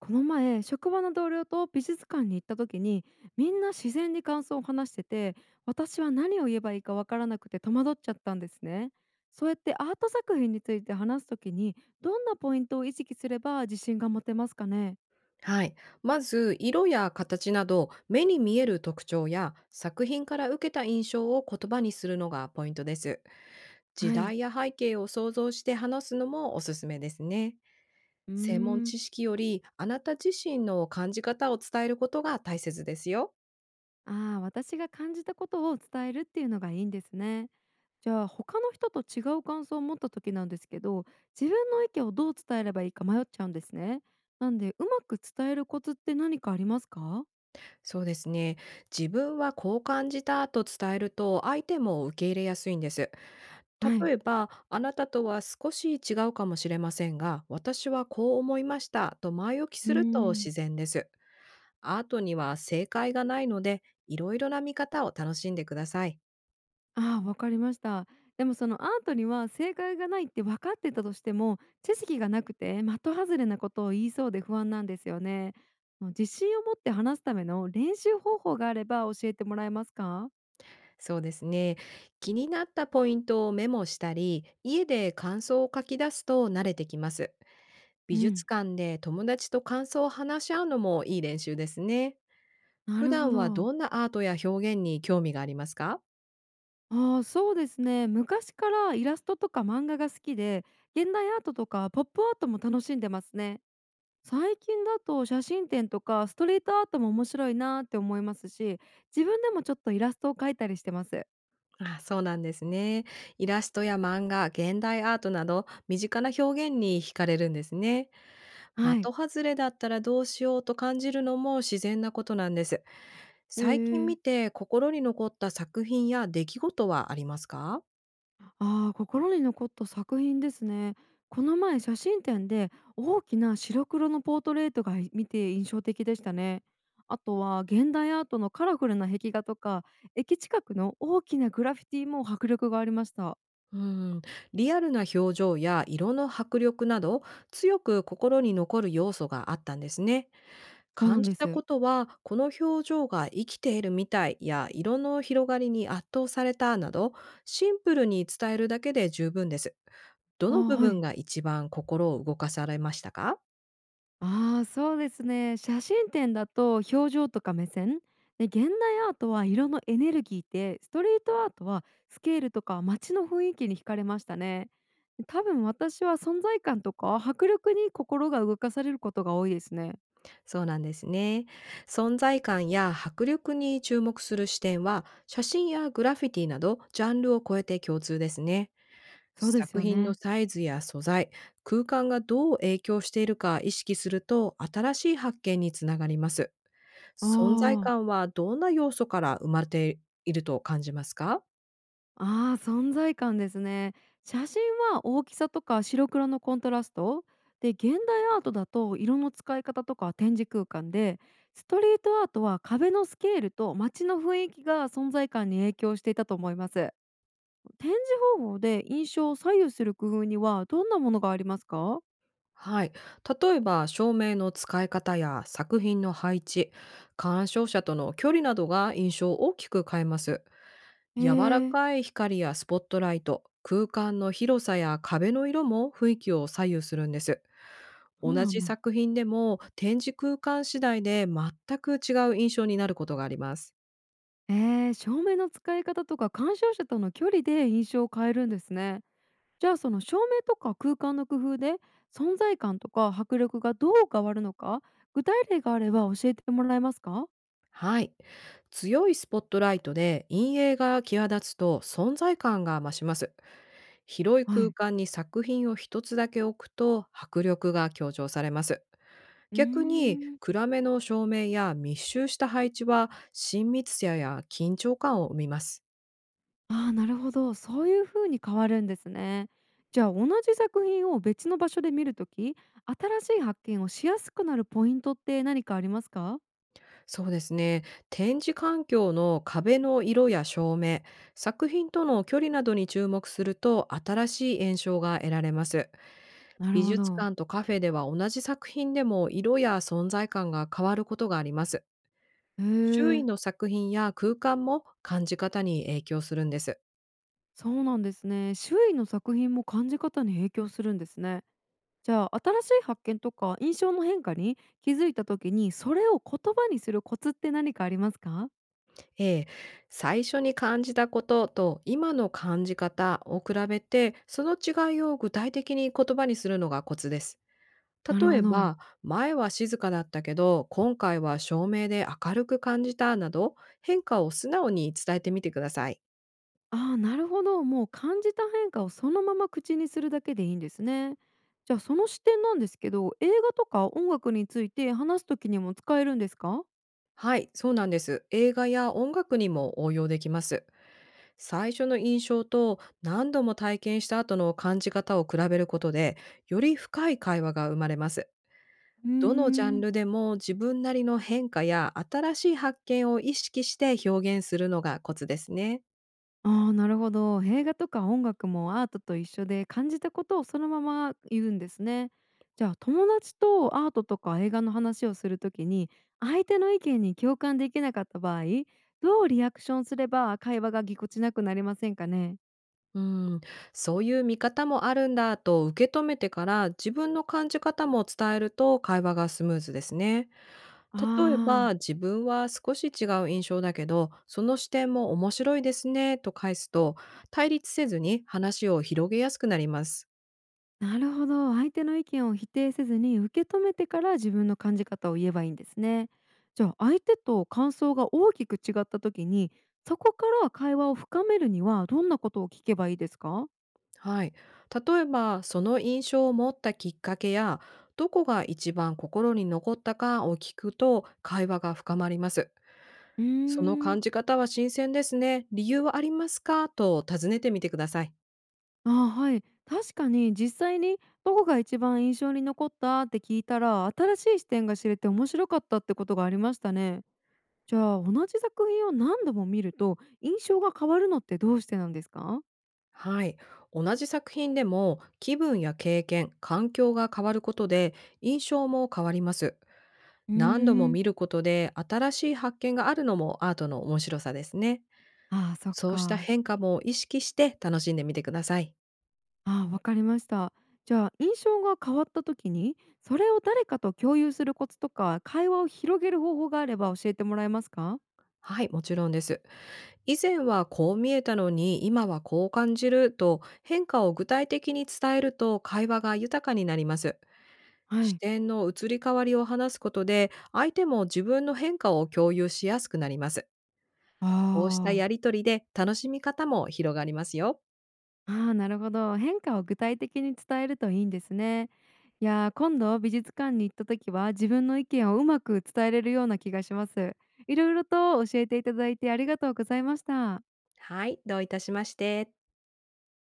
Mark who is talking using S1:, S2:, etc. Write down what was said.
S1: この前職場の同僚と美術館に行った時に、みんな自然に感想を話してて、私は何を言えばいいかわからなくて戸惑っちゃったんですね。そうやってアート作品について話す時に、どんなポイントを意識すれば自信が持てますかね。
S2: はい。まず、色や形など、目に見える特徴や作品から受けた印象を言葉にするのがポイントです。時
S1: はい。
S2: 代や背景を想像して話すのもおすすめですね。
S1: うー
S2: 専門
S1: ん。
S2: 知識より、あなた自身の感じ方を伝えることが大切ですよ。
S1: ああ、私が感じたことを伝えるっていうのがいいんですね。じゃあ他の人と違う感想を持った時なんですけど、自分の意見をどう伝えればいいか迷っちゃうんですね。なんでうまく伝えるコツって何かありますか？
S2: そうですね。自分はこう感じたと伝えると相手も受け入れやすいんです。
S1: はい。
S2: 例えば、あなたとは少し違うかもしれませんが、私はこう思いましたと前置き
S1: うー
S2: すると
S1: ん。
S2: 自然です。アートには正解がないので、いろいろな見方を楽しんでください。
S1: ああ、わかりました。でもそのアートには正解がないって分かってたとしても、知識がなくて的外れなことを言いそうで不安なんですよね。もう自信を持って話すための練習方法があれば教えてもらえますか？
S2: そうですね。気になったポイントをメモしたり、家で感想を書き出すと慣れてきます。
S1: う
S2: 美
S1: ん。
S2: 術館で友達と感想を話し合うのもいい練習ですね。
S1: な
S2: 普
S1: るほ
S2: 段は
S1: ど。
S2: どんなアートや表現に興味がありますか？
S1: ああ、そうですね。昔からイラストとか漫画が好きで、現代アートとかポップアートも楽しんでますね。最近だと写真展とかストリートアートも面白いなーって思いますし、自分でもちょっとイラストを描いたりしてます。
S2: あ、そうなんですね。イラストや漫画、現代アートなど身近な表現に惹かれるんですね。
S1: はい。
S2: 的外れだったらどうしようと感じるのも自然なことなんです。
S1: へ
S2: 最近見
S1: え。
S2: て心に残った作品や出来事はありますか？
S1: ああ、心に残った作品ですね。この前写真展で大きな白黒のポートレートがい見て印象的でしたね。あとは現代アートのカラフルな壁画とか、駅近くの大きなグラフィティも迫力がありました。
S2: うん、リアルな表情や色の迫力など、強く心に残る要素があったんですね。
S1: そうな
S2: 感
S1: んで
S2: じた
S1: す。
S2: ことは、この表情が生きているみたいや色の広がりに圧倒されたなど、シンプルに伝えるだけで十分です。ど
S1: ああ、
S2: の部
S1: は
S2: 分
S1: い。
S2: が一番心を動かされましたか？
S1: ああ、そうですね。写真展だと表情とか目線で、現代アートは色のエネルギーで、ストリートアートはスケールとか街の雰囲気に惹かれましたね。多分私は存在感とか迫力に心が動かされることが多いですね。
S2: そうなんですね。存在感や迫力に注目する視点は、写真やグラフィティなどジャンルを超えて共通ですね。
S1: そうです
S2: 作
S1: よ
S2: 品の
S1: ね。
S2: サイズや素材、空間がどう影響しているか意識すると、新しい発見につながります。
S1: あ
S2: 存在
S1: あ。
S2: 感はどんな要素から生まれていると感じますか？
S1: ああ、存在感ですね。写真は大きさとか白黒のコントラストで、現代アートだと色の使い方とか展示空間で、ストリートアートは壁のスケールと街の雰囲気が存在感に影響していたと思います。展示方法で印象を左右する工夫にはどんなものがありますか？
S2: はい。例えば、照明の使い方や作品の配置、鑑賞者との距離などが印象を大きく変えます。
S1: へ
S2: 柔ら
S1: え。
S2: かい光やスポットライト、空間の広さや壁の色も雰囲気を左右するんです。
S1: そう
S2: 同
S1: なん
S2: じ
S1: だ。
S2: 作品でも展示空間次第で全く違う印象になることがあります。
S1: 照明の使い方とか鑑賞者との距離で印象を変えるんですね。じゃあその照明とか空間の工夫で、存在感とか迫力がどう変わるのか、具体例があれば教えてもらえますか？
S2: はい。強いスポットライトで陰影が際立つと、存在感が増します。広い
S1: は
S2: 空
S1: い。
S2: 間に作品を一つだけ置くと、迫力が強調されます。
S1: うー
S2: 逆に
S1: ん。
S2: 暗めの照明や密集した配置は、親密さや緊張感を生みます。
S1: ああ、なるほど、そういう風に変わるんですね。じゃあ同じ作品を別の場所で見るとき、新しい発見をしやすくなるポイントって何かありますか？
S2: そうですね。展示環境の壁の色や照明、作品との距離などに注目すると、新しい印象が得られます。
S1: なる
S2: 美
S1: ほ
S2: 術
S1: ど。
S2: 館とカフェでは、同じ作品でも色や存在感が変わることがあります。
S1: へ
S2: 周囲
S1: え。
S2: の作品や空間も感じ方に影響するんです。
S1: そうなんですね。周囲の作品も感じ方に影響するんですね。じゃあ新しい発見とか印象の変化に気づいた時に、それを言葉にするコツって何かありますか？
S2: ええ、最初に感じたことと今の感じ方を比べて、その違いを具体的に言葉にするのがコツです。
S1: なる
S2: 例
S1: ほ
S2: え
S1: ど。
S2: ば、前は静かだったけど、今回は照明で明るく感じたなど、変化を素直に伝えてみてください。
S1: ああ、なるほど、もう感じた変化をそのまま口にするだけでいいんですね。じゃあその視点なんですけど、映画とか音楽について話す時にも使えるんですか？
S2: はい、そうなんです。映画や音楽にも応用できます。最初の印象と何度も体験した後の感じ方を比べることで、より深い会話が生まれます。
S1: うー
S2: どのジャン
S1: ん。
S2: ルでも、自分なりの変化や新しい発見を意識して表現するのがコツですね。
S1: ああ、なるほど。映画とか音楽もアートと一緒で、感じたことをそのまま言うんですね。じゃあ友達とアートとか映画の話をするときに、相手の意見に共感できなかった場合、どうリアクションすれば会話がぎこちなくなりませんかね。
S2: うん、そういう見方もあるんだと受け止めてから自分の感じ方も伝えると、会話がスムーズですね。例え
S1: あ
S2: ば、
S1: あ、
S2: 自分は少し違う印象だけど、その視点も面白いですねと返すと、対立せずに話を広げやすくなります。
S1: なるほど、相手の意見を否定せずに受け止めてから自分の感じ方を言えばいいんですね。じゃあ相手と感想が大きく違ったときに、そこから会話を深めるにはどんなことを聞けばいいですか？
S2: はい。例えば、その印象を持ったきっかけや、どこが一番心に残ったかを聞くと会話が深まります。
S1: うー
S2: その
S1: ん。
S2: 感じ方は新鮮ですね。理由はありますかと尋ねてみてください。
S1: あ、はい。確かに実際にどこが一番印象に残ったって聞いたら、新しい視点が知れて面白かったってことがありましたね。じゃあ同じ作品を何度も見ると印象が変わるのってどうしてなんですか？
S2: はい。同じ作品でも気分や経験、環境が変わることで印象も変わります。
S1: うー
S2: 何度も
S1: ん。
S2: 見ることで新しい発見があるのも、アートの面白さですね。
S1: ああ、そっ
S2: そうした
S1: か。
S2: 変化も意識して楽しんでみてください。
S1: ああ、わかりました。じゃあ印象が変わった時に、それを誰かと共有するコツとか、会話を広げる方法があれば教えてもらえますか？
S2: はい、もちろんです。以前はこう見えたのに今はこう感じると、変化を具体的に伝えると会話が豊かになります。
S1: は
S2: 視
S1: い。
S2: 点の移り変わりを話すことで、相手も自分の変化を共有しやすくなります。
S1: あ
S2: こうしたや
S1: あ。
S2: りとりで楽しみ方も広がりますよ。
S1: ああ、なるほど。変化を具体的に伝えるといいんですね。いやー、今度美術館に行った時は自分の意見をうまく伝えれるような気がします。いろいろと教えていただいてありがとうございました。
S2: はい、どういたしまして。